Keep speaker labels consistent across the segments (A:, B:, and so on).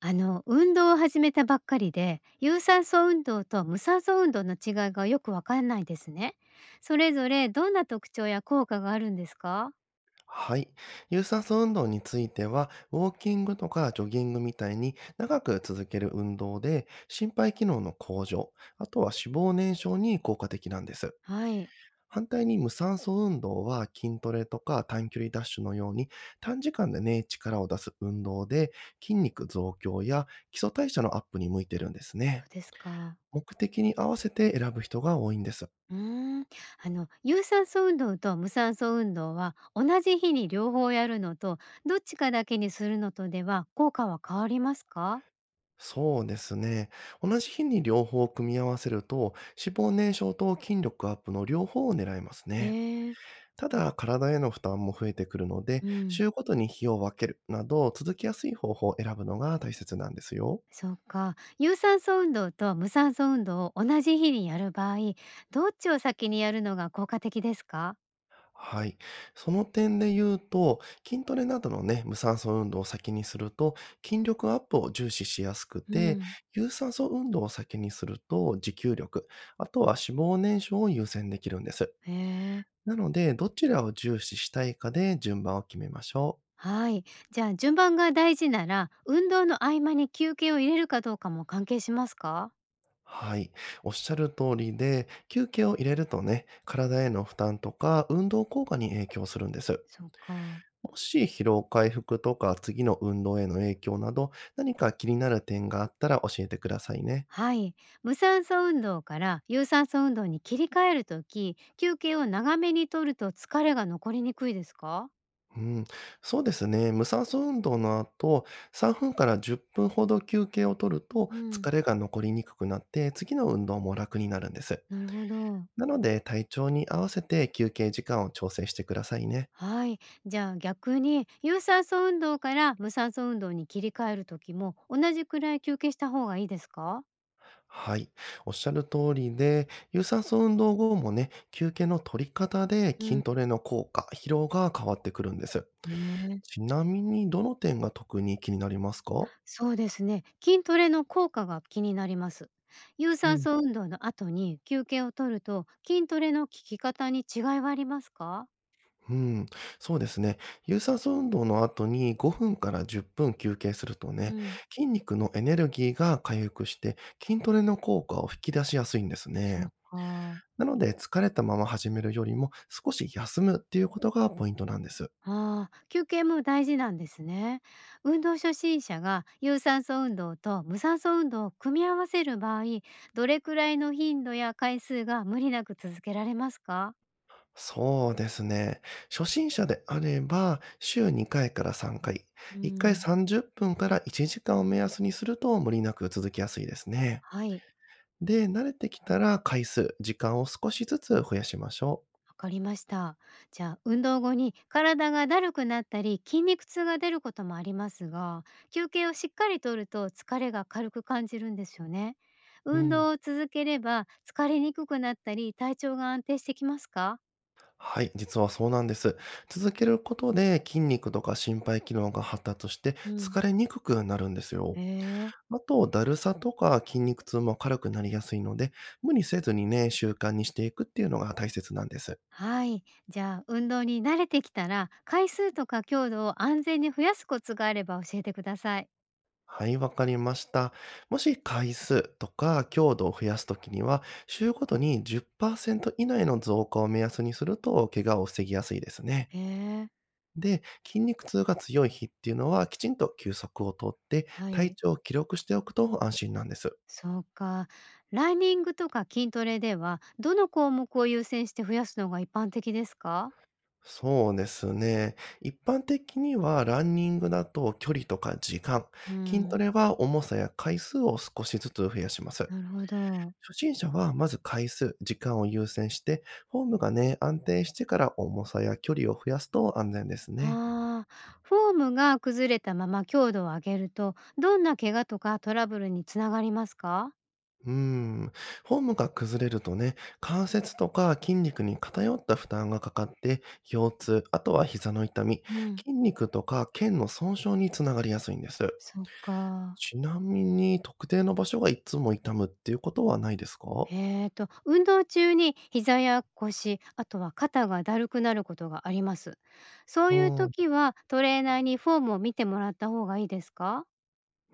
A: あの運動を始めたばっかりで有酸素運動と無酸素運動の違いがよくわかんないですね。それぞれどんな特徴や効果があるんですか？
B: はい。有酸素運動については、ウォーキングとかジョギングみたいに長く続ける運動で、心肺機能の向上、あとは脂肪燃焼に効果的なんです。
A: はい、
B: 反対に無酸素運動は筋トレとか短距離ダッシュのように短時間でね、力を出す運動で筋肉増強や基礎代謝のアップに向いてるんです
A: そ
B: ね。
A: うですか。
B: 目的に合わせて選ぶ人が多いんです。
A: うーん、あの有酸素運動と無酸素運動は同じ日に両方やるのと、どっちかだけにするのとでは効果は変わりますか？
B: そうですね。同じ日に両方を組み合わせると、脂肪燃焼と筋力アップの両方を狙いますね。
A: ええ、
B: ただ、体への負担も増えてくるので、
A: うん、
B: 週ごとに日を分けるなど、続きやすい方法を選ぶのが大切なんですよ。
A: そうか。有酸素運動と無酸素運動を同じ日にやる場合、どっちを先にやるのが効果的ですか？
B: はい。その点で言うと、筋トレなどのね、無酸素運動を先にすると、筋力アップを重視しやすく
A: う
B: て、
A: ん、
B: 有酸素運動を先にすると、持久力、あとは脂肪燃焼を優先できるんです。
A: へえ。
B: なので、どちらを重視したいかで順番を決めましょう。
A: はい。じゃあ順番が大事なら、運動の合間に休憩を入れるかどうかも関係しますか？
B: はい。おっしゃる通りで、休憩を入れるとね、体への負担とか運動効果に影響するんです。
A: そうか。
B: もし疲労回復とか次の運動への影響など、何か気になる点があったら教えてくださいね。
A: はい。無酸素運動から有酸素運動に切り替えるとき、休憩を長めにとると疲れが残りにくいですか？
B: うん、そうですね。無酸素運動の後、3分から10分ほど休憩を取ると
A: う
B: 疲
A: ん、
B: れが残りにくくなって、次の運動も楽になるんです。
A: なるほど。
B: なので、体調に合わせて休憩時間を調整してくださいね。
A: はい。じゃあ逆に有酸素運動から無酸素運動に切り替える時も同じくらい休憩した方がいいですか？
B: はい。おっしゃる通りで、有酸素運動後もね、休憩の取り方で
A: うん、
B: 筋トレの効果、疲労が変わってくるんです。
A: ええ、
B: ちなみに、どの点が特に気になりますか？
A: そうですね。筋トレの効果が気になります。有
B: う
A: 酸
B: ん。
A: 素運動の後に休憩を取ると筋トレの効き方に違いはありますか？
B: うん、そうですね。有酸素運動の後に5分から10分休憩すると
A: う
B: ね、
A: ん、
B: 筋肉のエネルギーが回復して筋トレの効果を引き出しやすいんです
A: そ
B: ね。
A: うか。
B: なので、疲れたまま始めるよりも、少し休むっていうことがポイントなんです。
A: ああ、休憩も大事なんですね。運動初心者が有酸素運動と無酸素運動を組み合わせる場合、どれくらいの頻度や回数が無理なく続けられますか？
B: そうですね。初心者であれば、週2回から3回、
A: う
B: 1回
A: ん、
B: 30分から1時間を目安にすると無理なく続きやすいですね。
A: はい、
B: で、慣れてきたら回数、時間を少しずつ増やしましょ
A: わかりました。じゃあ、運動後に体がだるくなったり筋肉痛が出ることもありますが、休憩をしっかりとると疲れが軽く感じるんですよね。
B: う。う
A: 運
B: ん。
A: 動を続ければ疲れにくくなったり体調が安定してきますか？
B: はい、実はそうなんです。続けることで筋肉とか心肺機能が発達して
A: うん、
B: 疲れにくくなるんです
A: へ
B: よ。
A: え、
B: あと、だるさとか筋肉痛も軽くなりやすいので、無理せずにね、習慣にしていくっていうのが大切なんです。
A: はい。じゃあ、運動に慣れてきたら、回数とか強度を安全に増やすコツがあれば教えてください。
B: はい、わかりました。もし回数とか強度を増やすときには、週ごとに10%以内の増加を目安にすると、怪我を防ぎやすいですね。
A: へえ、
B: で、筋肉痛が強い日っていうのは、きちんと休息をとって、
A: は
B: 体
A: い。
B: 調を記録しておくと安心なんです。
A: そうか。ランニングとか筋トレでは、どの項目を優先して増やすのが一般的ですか？
B: そうですね。一般的にはランニングだと距離とか時間、
A: う
B: 筋ト
A: ん、
B: レは重さや回数を少しずつ増やします。
A: なるほど。
B: 初心者はまず回数、時間を優先して、フォームがね、安定してから重さや距離を増やすと安全ですね。
A: ああ、フォームが崩れたまま強度を上げると、どんな怪我とかトラブルにつながりますか？
B: うーん。フォームが崩れるとね、関節とか筋肉に偏った負担がかかって、腰痛、あとは膝の痛み、
A: うん。
B: 筋肉とか腱の損傷につながりやすいんです。
A: そっか。
B: ちなみに、特定の場所がいつも痛むっていうことはないですか？
A: 運動中に膝や腰、あとは肩がだるくなることがあります。そういう
B: うん。
A: 時はトレーナーにフォームを見てもらった方がいいですか？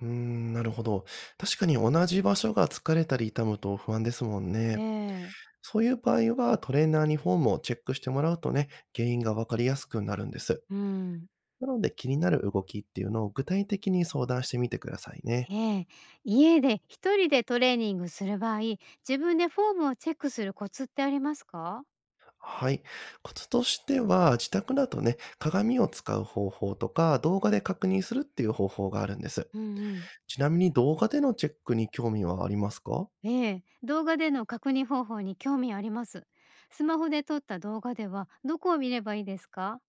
B: うーん、なるほど。確かに同じ場所が疲れたり痛むと不安ですもんね。
A: ええ、
B: そういう場合は、トレーナーにフォームをチェックしてもらうとね、原因がわかりやすくなるんです。
A: うん。
B: なので気になる動きっていうのを具体的に相談してみてくださいね。
A: ええ、家で一人でトレーニングする場合、自分でフォームをチェックするコツってありますか？
B: はい。コツとしては、自宅だとね、鏡を使う方法とか、動画で確認するっていう方法があるんです。
A: うんうん。
B: ちなみに動画でのチェックに興味はありますか？
A: ええ、動画での確認方法に興味あります。スマホで撮った動画ではどこを見ればいいですか？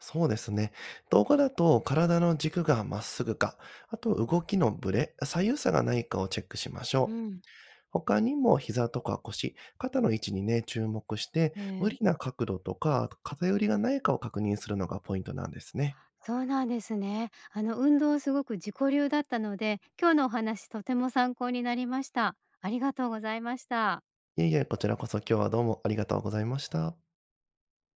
B: そうですね。動画だと体の軸がまっすぐか、あと動きのブレ、左右差がないかをチェックしまし
A: う
B: ょう。
A: ん。
B: 他にも膝とか腰、肩の位置にね、注目して、無
A: え
B: 理
A: え、
B: な角度とか偏りがないかを確認するのがポイントなんですね。
A: そうなんですね。あの運動すごく自己流だったので、今日のお話とても参考になりました。ありがとうございました。
B: いえいえ、こちらこそ今日はどうもありがとうございました。